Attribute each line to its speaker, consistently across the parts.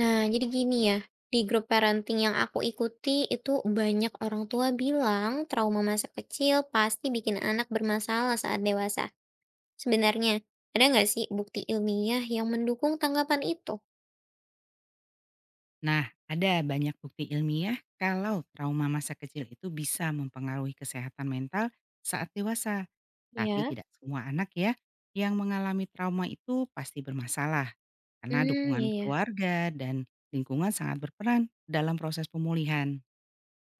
Speaker 1: Nah, jadi gini ya, di grup parenting yang aku ikuti itu banyak orang tua bilang trauma masa kecil pasti bikin anak bermasalah saat dewasa. Sebenarnya, ada nggak sih bukti ilmiah yang mendukung tanggapan itu?
Speaker 2: Nah, ada banyak bukti ilmiah kalau trauma masa kecil itu bisa mempengaruhi kesehatan mental saat dewasa. Tapi
Speaker 1: Ya.
Speaker 2: tidak semua anak ya yang mengalami trauma itu pasti bermasalah karena
Speaker 1: Hmm,
Speaker 2: dukungan
Speaker 1: iya ya.
Speaker 2: keluarga dan lingkungan sangat berperan dalam proses pemulihan.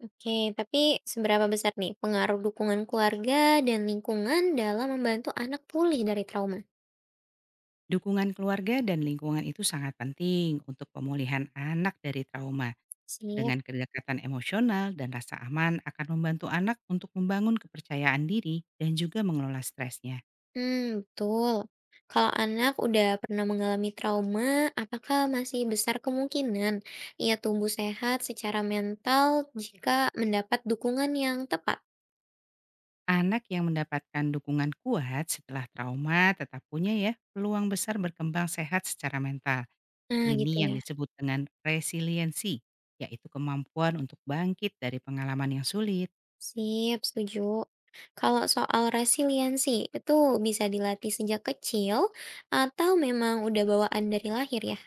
Speaker 1: Oke, tapi seberapa besar nih pengaruh dukungan keluarga dan lingkungan dalam membantu anak pulih dari trauma?
Speaker 2: Dukungan keluarga dan lingkungan itu sangat penting untuk pemulihan anak dari trauma.
Speaker 1: Siap.
Speaker 2: Dengan kedekatan emosional dan rasa aman akan membantu anak untuk membangun kepercayaan diri dan juga mengelola stresnya.
Speaker 1: Hmm, betul. Kalau anak udah pernah mengalami trauma, apakah masih besar kemungkinan ia tumbuh sehat secara mental jika mendapat dukungan yang tepat?
Speaker 2: Anak yang mendapatkan dukungan kuat setelah trauma tetap punya ya peluang besar berkembang sehat secara mental.
Speaker 1: Nah, gitu
Speaker 2: Ini yang
Speaker 1: ya.
Speaker 2: disebut dengan resiliensi, yaitu kemampuan untuk bangkit dari pengalaman yang sulit.
Speaker 1: Sip, setuju. Kalau soal resiliensi, itu bisa dilatih sejak kecil atau memang udah bawaan dari lahir ya?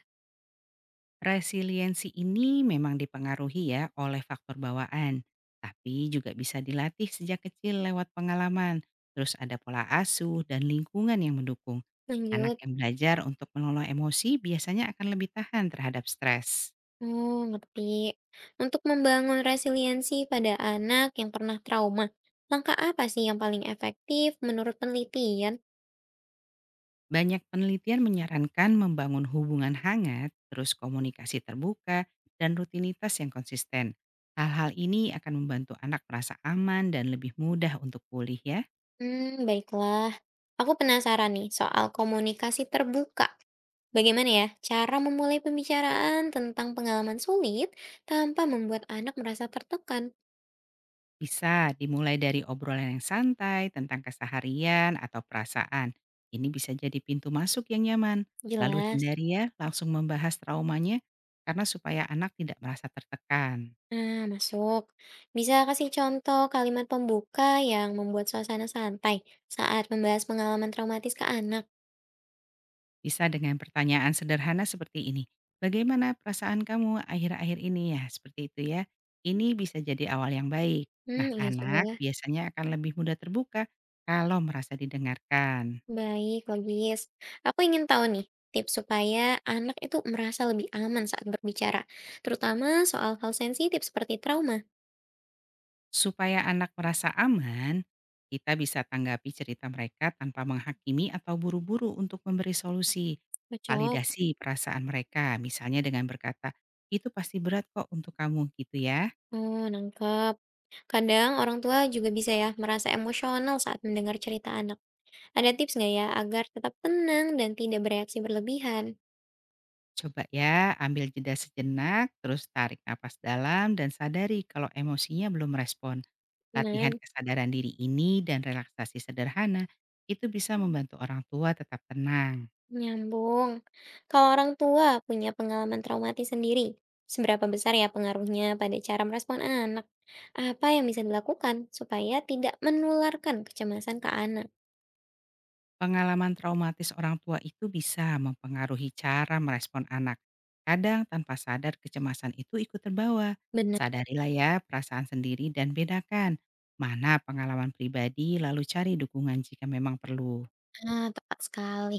Speaker 2: Resiliensi ini memang dipengaruhi ya oleh faktor bawaan, tapi juga bisa dilatih sejak kecil lewat pengalaman. Terus ada pola asuh dan lingkungan yang mendukung. Anak
Speaker 1: Lanjut.
Speaker 2: yang belajar untuk mengelola emosi biasanya akan lebih tahan terhadap stres.
Speaker 1: Oh, ngerti. Untuk membangun resiliensi pada anak yang pernah trauma, langkah apa sih yang paling efektif menurut penelitian?
Speaker 2: Banyak penelitian menyarankan membangun hubungan hangat, terus komunikasi terbuka, dan rutinitas yang konsisten. Hal-hal ini akan membantu anak merasa aman dan lebih mudah untuk pulih ya.
Speaker 1: Hmm, baiklah. Aku penasaran nih soal komunikasi terbuka. Bagaimana ya cara memulai pembicaraan tentang pengalaman sulit tanpa membuat anak merasa tertekan?
Speaker 2: Bisa dimulai dari obrolan yang santai tentang keseharian atau perasaan. Ini bisa jadi pintu masuk yang nyaman. Lalu
Speaker 1: Jelas.
Speaker 2: hindari ya langsung membahas traumanya karena supaya anak tidak merasa tertekan.
Speaker 1: Nah, masuk. Bisa kasih contoh kalimat pembuka yang membuat suasana santai saat membahas pengalaman traumatis ke anak?
Speaker 2: Bisa dengan pertanyaan sederhana seperti ini. Bagaimana perasaan kamu akhir-akhir ini ya? Seperti itu ya. Ini bisa jadi awal yang baik.
Speaker 1: Hmm,
Speaker 2: Nah,
Speaker 1: iya juga
Speaker 2: anak
Speaker 1: ya.
Speaker 2: biasanya akan lebih mudah terbuka kalau merasa didengarkan.
Speaker 1: Baik, logis. Aku ingin tahu nih, tips supaya anak itu merasa lebih aman saat berbicara, terutama soal hal sensitif seperti trauma.
Speaker 2: Supaya anak merasa aman, kita bisa tanggapi cerita mereka tanpa menghakimi atau buru-buru untuk memberi solusi.
Speaker 1: Cocok.
Speaker 2: Validasi perasaan mereka, misalnya dengan berkata, itu pasti berat kok untuk kamu gitu ya.
Speaker 1: Oh, nangkep. Kadang orang tua juga bisa ya merasa emosional saat mendengar cerita anak. Ada tips nggak ya agar tetap tenang dan tidak bereaksi berlebihan?
Speaker 2: Coba ya, ambil jeda sejenak, terus tarik napas dalam dan sadari kalau emosinya belum respon. Latihan
Speaker 1: Gimana?
Speaker 2: kesadaran diri ini dan relaksasi sederhana itu bisa membantu orang tua tetap tenang.
Speaker 1: Nyambung. Kalau orang tua punya pengalaman traumatis sendiri, seberapa besar ya pengaruhnya pada cara merespon anak? Apa yang bisa dilakukan supaya tidak menularkan kecemasan ke anak?
Speaker 2: Pengalaman traumatis orang tua itu bisa mempengaruhi cara merespon anak. Kadang tanpa sadar kecemasan itu ikut terbawa.
Speaker 1: Benar.
Speaker 2: Sadarilah ya perasaan sendiri dan bedakan mana pengalaman pribadi lalu cari dukungan jika memang perlu.
Speaker 1: Nah, tepat sekali.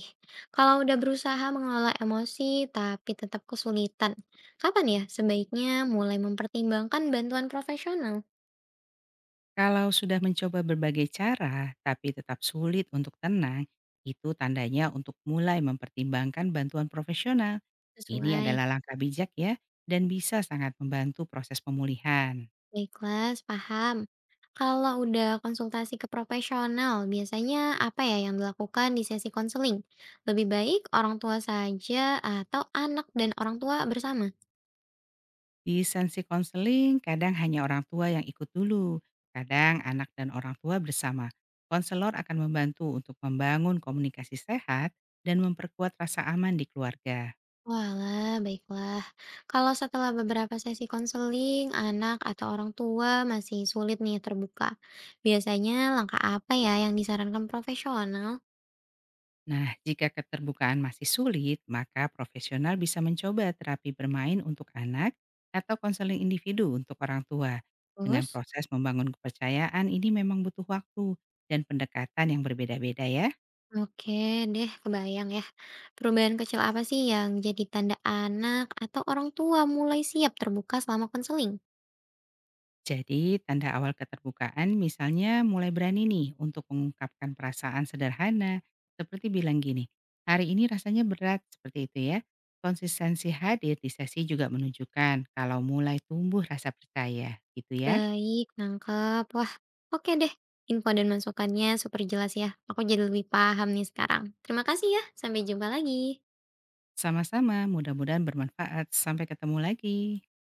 Speaker 1: Kalau udah berusaha mengelola emosi tapi tetap kesulitan, kapan ya sebaiknya mulai mempertimbangkan bantuan profesional?
Speaker 2: Kalau sudah mencoba berbagai cara, tapi tetap sulit untuk tenang, itu tandanya untuk mulai mempertimbangkan bantuan profesional. Ini
Speaker 1: Sesuai.
Speaker 2: adalah langkah bijak ya, dan bisa sangat membantu proses pemulihan.
Speaker 1: Baiklah, paham. Kalau udah konsultasi ke profesional, biasanya apa ya yang dilakukan di sesi konseling? Lebih baik orang tua saja atau anak dan orang tua bersama?
Speaker 2: Di sensi konseling, kadang hanya orang tua yang ikut dulu, kadang anak dan orang tua bersama. Konselor akan membantu untuk membangun komunikasi sehat dan memperkuat rasa aman di keluarga.
Speaker 1: Walah, baiklah. Kalau setelah beberapa sesi konseling, anak atau orang tua masih sulit nih terbuka. Biasanya langkah apa ya yang disarankan profesional?
Speaker 2: Nah, jika keterbukaan masih sulit, maka profesional bisa mencoba terapi bermain untuk anak atau konseling individu untuk orang tua. Dengan
Speaker 1: Terus?
Speaker 2: proses membangun kepercayaan ini memang butuh waktu dan pendekatan yang berbeda-beda ya.
Speaker 1: Oke deh, kebayang ya. Perubahan kecil apa sih yang jadi tanda anak atau orang tua mulai siap terbuka selama konseling?
Speaker 2: Jadi, tanda awal keterbukaan misalnya mulai berani nih untuk mengungkapkan perasaan sederhana seperti bilang gini, hari ini rasanya berat seperti itu ya. Konsistensi hadir di sesi juga menunjukkan kalau mulai tumbuh rasa percaya gitu ya.
Speaker 1: Baik, nangkep. Wah, oke deh. Info dan masukannya super jelas ya. Aku jadi lebih paham nih sekarang. Terima kasih ya. Sampai jumpa lagi.
Speaker 2: Sama-sama, mudah-mudahan bermanfaat. Sampai ketemu lagi.